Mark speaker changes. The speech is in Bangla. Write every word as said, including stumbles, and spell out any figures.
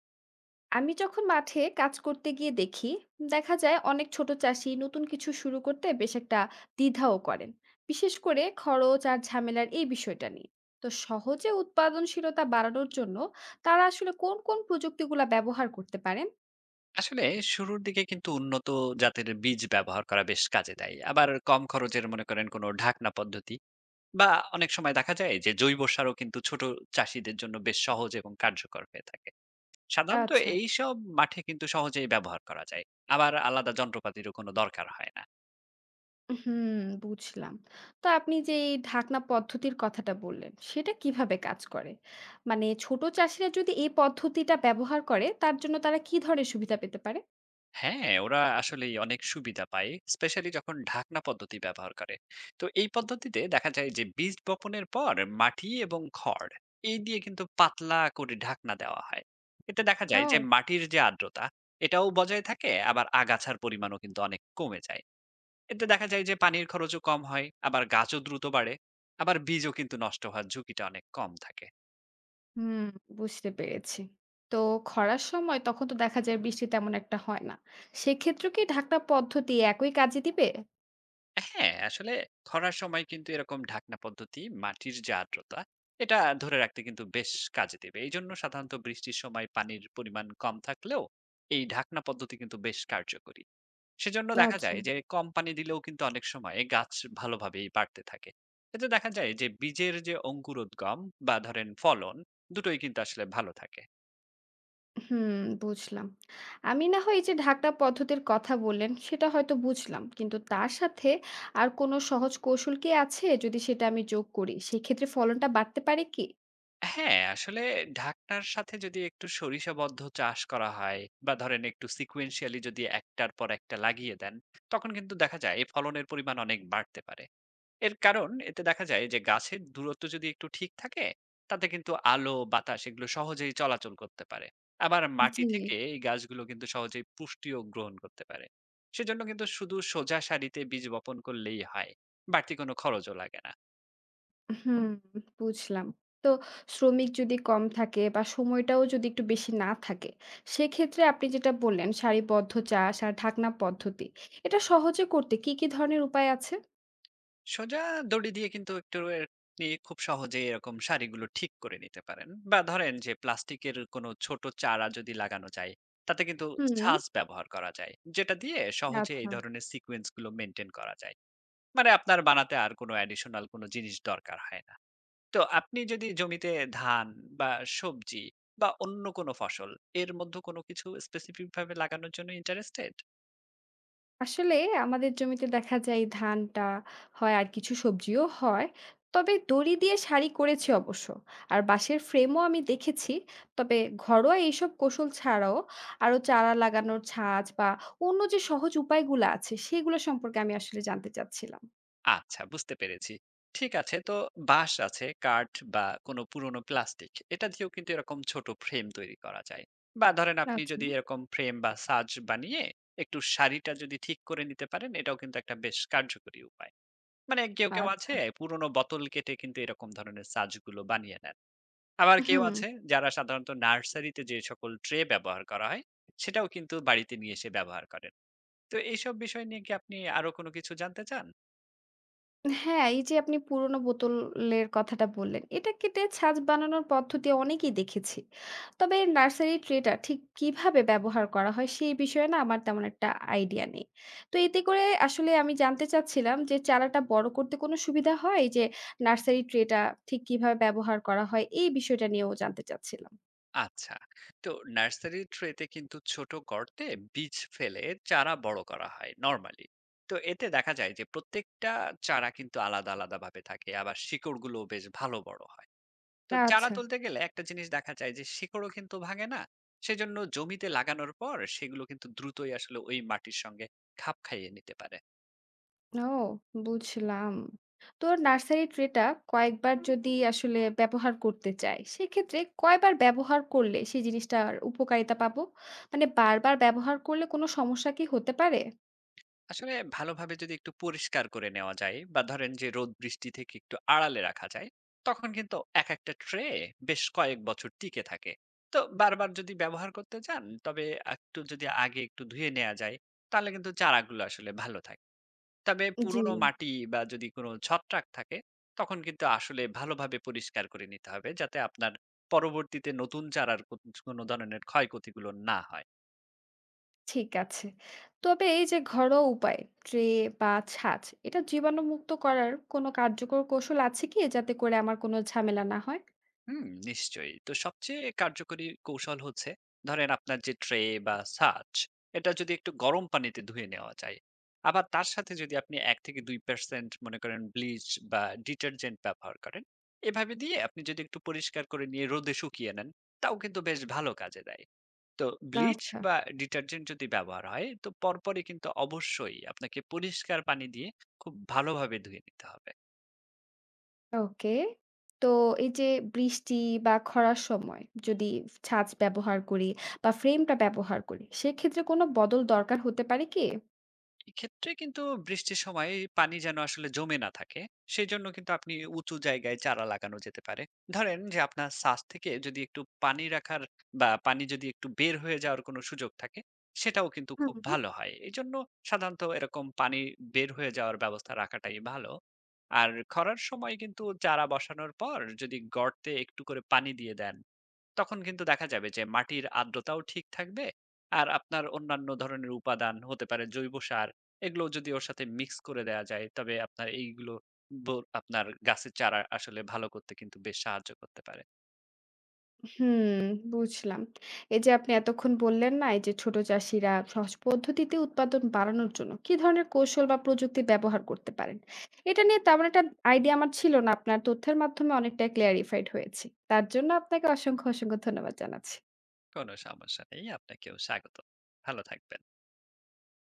Speaker 1: আমি যখন মাঠে কাজ করতে গিয়ে দেখি দেখা যায় অনেক ছোট চাষি নতুন কিছু শুরু করতে বেশ একটা দ্বিধাও করেন, বিশেষ করে খরচ আর ঝামেলার এই বিষয়টা নিয়ে। তো সহজে উৎপাদনশীলতা বাড়ানোর জন্য তারা আসলে কোন কোন প্রযুক্তিগুলা ব্যবহার করতে পারেন?
Speaker 2: আসলে শুরুর দিকে কিন্তু উন্নত জাতের বীজ ব্যবহার করা বেশ কাজে দেয়, আবার কম খরচের মনে করেন কোনো ঢাকনা পদ্ধতি বা অনেক সময় দেখা যায় যে জৈব সারও কিন্তু ছোট চাষীদের জন্য বেশ সহজ এবং কার্যকর হয়ে থাকে। সাধারণত
Speaker 1: আচ্ছা।
Speaker 2: এইসব মাঠে কিন্তু সহজেই ব্যবহার করা যায়, আবার আলাদা যন্ত্রপাতিরও কোনো দরকার হয় না।
Speaker 1: হুম, বুঝলাম। তো আপনি যে এই ঢাকনা পদ্ধতির কথাটা বললেন, সেটা কিভাবে কাজ করে? মানে ছোট চাষিরা যদি এই পদ্ধতিটা ব্যবহার করে, তার জন্য তারা কি ধরনের সুবিধা পেতে পারে?
Speaker 2: হ্যাঁ, ওরা আসলেই অনেক সুবিধা পায়। স্পেশালি যখন ঢাকনা পদ্ধতি ব্যবহার করে। তো এই পদ্ধতিতে দেখা যায় যে বীজ বপনের পর মাটি এবং খড় এই দিয়ে কিন্তু পাতলা করে ঢাকনা দেওয়া হয়। এতে দেখা যায় যে
Speaker 1: ও।
Speaker 2: মাটির যে আর্দ্রতা এটাও বজায় থাকে, আবার আগাছার পরিমাণও কিন্তু অনেক কমে যায়। এতে দেখা যায় যে পানির খরচও কম হয়, আবার গাছও দ্রুত বাড়ে, আবার বীজও কিন্তু নষ্ট হওয়ার ঝুঁকিটা অনেক কম থাকে।
Speaker 1: হুম, বুঝতে পেরেছি। তো খরার সময় তখন তো দেখা যায় বৃষ্টি তেমন একটা হয় না। সেক্ষেত্রেও কি ঢাকনা পদ্ধতি একই কাজে দিবে?
Speaker 2: হ্যাঁ, আসলে খরার সময় কিন্তু এরকম ঢাকনা পদ্ধতি মাটির যে আর্দ্রতা এটা ধরে রাখতে কিন্তু বেশ কাজে দেবে। এইজন্য সাধারণত বৃষ্টির সময় পানির পরিমাণ কম থাকলেও এই ঢাকনা পদ্ধতি কিন্তু বেশ কার্যকরী। সেজন্য দেখা
Speaker 1: আচ্ছা।
Speaker 2: যায় যে কম পানি দিলেও কিন্তু অনেক সময় গাছ ভালোভাবেই বাড়তে থাকে। এতে দেখা যায় যে বীজের যে অঙ্কুরোদ্গম বা ধরেন ফলন দুটোই কিন্তু আসলে ভালো থাকে।
Speaker 1: হুম, বুঝলাম। আমি না হয় এই যে ঢাকনা পদ্ধতির কথা বললেন সেটা হয়তো বুঝলাম। কিন্তু তার সাথে আর কোনো সহজ কৌশল কি আছে? যদি সেটা আমি যোগ করি সেক্ষেত্রে ফলনটা বাড়তে পারে কি?
Speaker 2: হ্যাঁ, আসলে ঢাকনার সাথে যদি একটু সরিষাবদ্ধ চাষ করা হয় বা ধরেন একটু sequentially যদি একটার পর একটা লাগিয়ে দেন, তখন কিন্তু দেখা যায় এই ফলনের পরিমাণ অনেক বাড়তে পারে। এর কারণ এতে দেখা যায় যে গাছের দূরত্ব যদি একটু ঠিক থাকে, তাতে কিন্তু আলো, বাতাস এগুলো সহজেই চলাচল করতে পারে। আবার মাটি
Speaker 1: জি।
Speaker 2: থেকে এই গাছগুলো কিন্তু সহজেই পুষ্টিও গ্রহণ করতে পারে। সেজন্য কিন্তু শুধু সোজা সারিতে বীজ বপন করলেই হয়। বাড়তি কোনো খরচও লাগে না।
Speaker 1: হুম, বুঝলাম। তো শ্রমিক যদি কম থাকে বা সময়টাও যদি একটু বেশি না থাকে, সেক্ষেত্রে আপনি যেটা বললেন সারিবদ্ধ চাষ আর ঢাকনা পদ্ধতি, এটা সহজে করতে কি, কি ধরনের উপায় আছে?
Speaker 2: সোজা দড়ি দিয়ে কিন্তু একটু এর আপনি খুব সহজেই এরকম সারিগুলো ঠিক করে নিতে পারেন, বা ধরেন যে প্লাস্টিকের কোনো ছোট চারা যদি লাগানো যায়, তাতে কিন্তু
Speaker 1: হুম,
Speaker 2: ছাঁচ ব্যবহার করা যায়, যেটা দিয়ে সহজে এই
Speaker 1: আচ্ছা।
Speaker 2: ধরনের সিকোয়েন্স গুলো মেনটেন করা যায়। মানে আপনার বানাতে আর কোনো অ্যাডিশনাল কোনো জিনিস দরকার হয় না। তো আপনি যদি জমিতে ধান বা সবজি বা অন্য কোনো ফসল এর মধ্যে কোনো কিছু স্পেসিফিক ভাবে লাগানোর জন্য ইন্টারেস্টেড।
Speaker 1: আসলে আমাদের জমিতে দেখা যায় ধানটা হয় আর কিছু সবজিও হয়। তবে দড়ি দিয়ে সারি করেছি অবশ্য, আর বাঁশের ফ্রেমও আমি দেখেছি। তবে ঘরোয়া এইসব কৌশল ছাড়াও আরো চারা লাগানোর ছাঁচ বা অন্য যে সহজ উপায়গুলো আছে সেগুলো সম্পর্কে আমি আসলে জানতে চাচ্ছিলাম।
Speaker 2: আচ্ছা, বুঝতে পেরেছি। ঠিক আছে। তো বাঁশ আছে, কাঠ বা কোনো পুরনো প্লাস্টিক এটা দিয়েও কিন্তু এরকম ছোট ফ্রেম তৈরি করা যায়। বা ধরেন আপনি
Speaker 1: আচ্ছা।
Speaker 2: যদি এরকম ফ্রেম বা সাজ বানিয়ে একটু সারিটা যদি ঠিক করে নিতে পারেন, এটাও কিন্তু একটা বেশ কার্যকরী উপায়। মানে কেউ, কেউ আছে
Speaker 1: আচ্ছা।
Speaker 2: পুরনো বোতল কেটে কিন্তু এরকম ধরনের সাজগুলো বানিয়ে নেন। আবার কেউ
Speaker 1: হুম।
Speaker 2: আছে যারা সাধারণত নার্সারিতে যে সকল ট্রে ব্যবহার করা হয় সেটাও কিন্তু বাড়িতে নিয়ে এসে ব্যবহার করেন। তো এইসব বিষয় নিয়ে কি আপনি আরো কোনো কিছু জানতে চান?
Speaker 1: হ্যাঁ, এই যে আপনি পুরোনো বোতলের কথাটা বললেন, এটা কেটে ছাঁচ বানানোর পদ্ধতি অনেকই দেখেছি। তবে নার্সারি ট্রেটা ঠিক কিভাবে ব্যবহার করা হয় সেই বিষয়ে না আমার তেমন একটা আইডিয়া নেই। তো এতে করে আসলে আমি জানতে চাচ্ছিলাম যে চারাটা বড় করতে কোনো সুবিধা হয়? এই যে নার্সারি ট্রেটা ঠিক কিভাবে ব্যবহার করা হয় এই বিষয়টা নিয়েও জানতে চাচ্ছিলাম।
Speaker 2: আচ্ছা। তো নার্সারি ট্রেতে কিন্তু ছোট গর্তে বীজ ফেলে চারা বড় করা হয় নরমালি। তো এতে দেখা যায় যে প্রত্যেকটা চারা কিন্তু আলাদা আলাদা ভাবে থাকে, আবার শিকড়গুলো বেশ ভালো বড় হয়। তো চারা
Speaker 1: আচ্ছা।
Speaker 2: তুলতে গেলে একটা জিনিস দেখা যায় যে শিকড়ও কিন্তু ভাঙে না। সেজন্য জমিতে লাগানোর পর সেগুলো কিন্তু দ্রুতই আসলে ওই মাটির সঙ্গে খাপ খাইয়ে নিতে পারে।
Speaker 1: ও, বুঝলাম। তো নার্সারি ট্রে টা কয়েকবার যদি আসলে ব্যবহার করতে চাই, সেক্ষেত্রে কয়বার ব্যবহার করলে সেই জিনিসটার উপকারিতা পাবো? মানে বারবার ব্যবহার করলে কোনো সমস্যা কি হতে পারে?
Speaker 2: আসলে ভালোভাবে যদি একটু পরিষ্কার করে নেওয়া যায় বা ধরেন যে রোদ বৃষ্টি থেকে একটু আড়ালে রাখা যায়, তখন কিন্তু এক একটা ট্রে বেশ কয়েক বছর টিকে থাকে। তো বারবার যদি ব্যবহার করতে চান, তবে একটু যদি আগে একটু ধুয়ে নেওয়া যায়, তাহলে কিন্তু চারাগুলো আসলে ভালো থাকে। তবে
Speaker 1: জি,
Speaker 2: পুরনো মাটি বা যদি কোনো ছত্রাক থাকে, তখন কিন্তু আসলে ভালোভাবে পরিষ্কার করে নিতে হবে, যাতে আপনার পরবর্তীতে নতুন চারার কো- কোনো ধরনের ক্ষয়ক্ষতিগুলো না হয়।
Speaker 1: ঠিক আছে। তবে এই যে ঘরোয়া উপায়, ট্রে বা ছাঁচ, এটা জীবাণুমুক্ত করার কোনো কার্যকর কৌশল আছে কি, যাতে করে আমার কোনো ঝামেলা না হয়?
Speaker 2: হুম, নিশ্চয়ই। তো সবচেয়ে কার্যকরী কৌশল হচ্ছে ধরেন আপনার যে ট্রে বা ছাঁচ এটা যদি একটু গরম পানিতে ধুয়ে নেওয়া যায়। আবার তার সাথে যদি আপনি এক থেকে দুই শতাংশ মনে করেন ব্লিচ বা ডিটারজেন্ট ব্যবহার করেন, এভাবে দিয়ে আপনি যদি একটু পরিষ্কার করে নিয়ে রোদে শুকিয়ে নেন, তাও কিন্তু বেশ ভালো কাজে দেয়। তো ব্লিচ
Speaker 1: আচ্ছা।
Speaker 2: বা ডিটারজেন্ট যদি ব্যবহার হয়, তো পরপরই কিন্তু অবশ্যই আপনাকে পরিষ্কার পানি দিয়ে খুব ভালোভাবে ধুয়ে নিতে হবে।
Speaker 1: ওকে। তো এই যে বৃষ্টি বা খরার সময় যদি ছাঁচ ব্যবহার করি বা ফ্রেমটা ব্যবহার করি, সেক্ষেত্রে কোনো বদল দরকার হতে পারে কি?
Speaker 2: এক্ষেত্রে কিন্তু বৃষ্টির সময় পানি যেন আসলে জমে না থাকে, সেই জন্য কিন্তু আপনি উঁচু জায়গায় চারা লাগানো যেতে পারে। ধরেন যে আপনার ছাদ থেকে যদি একটু পানি রাখার বা পানি যদি একটু বের হয়ে যাওয়ার কোনো সুযোগ থাকে, সেটাও কিন্তু খুব
Speaker 1: হুম।
Speaker 2: ভালো হয় এই জন্য। সাধারণত এরকম পানি বের হয়ে যাওয়ার ব্যবস্থা রাখাটাই ভালো। আর খরার সময় কিন্তু চারা বসানোর পর যদি গর্তে একটু করে পানি দিয়ে দেন, তখন কিন্তু দেখা যাবে যে মাটির আর্দ্রতাও ঠিক থাকবে। আর আপনার অন্যান্য ধরনের উপাদান হতে পারে জৈব সার, এগুলো যদি ওর সাথে মিক্স করে দেয়া যায়, তবে আপনার এইগুলো ব আপনার গাছের চারা আসলে ভালো করতে কিন্তু বেশ সাহায্য করতে পারে।
Speaker 1: হুম, বুঝলাম। এই যে আপনি এতক্ষণ বললেন না, এই যে ছোট চাষিরা সহজ পদ্ধতিতে উৎপাদন বাড়ানোর জন্য কি ধরনের কৌশল বা প্রযুক্তি ব্যবহার করতে পারেন? এটা নিয়ে তেমন একটা আইডিয়া আমার ছিল না। আপনার তথ্যের মাধ্যমে অনেকটাই ক্লিয়ারিফাইড হয়েছি। তার জন্য আপনাকে অসংখ্য, অসংখ্য ধন্যবাদ জানাচ্ছি।
Speaker 2: কোনো সমস্যা নেই। আপনাকেও স্বাগতম। ভালো থাকবেন।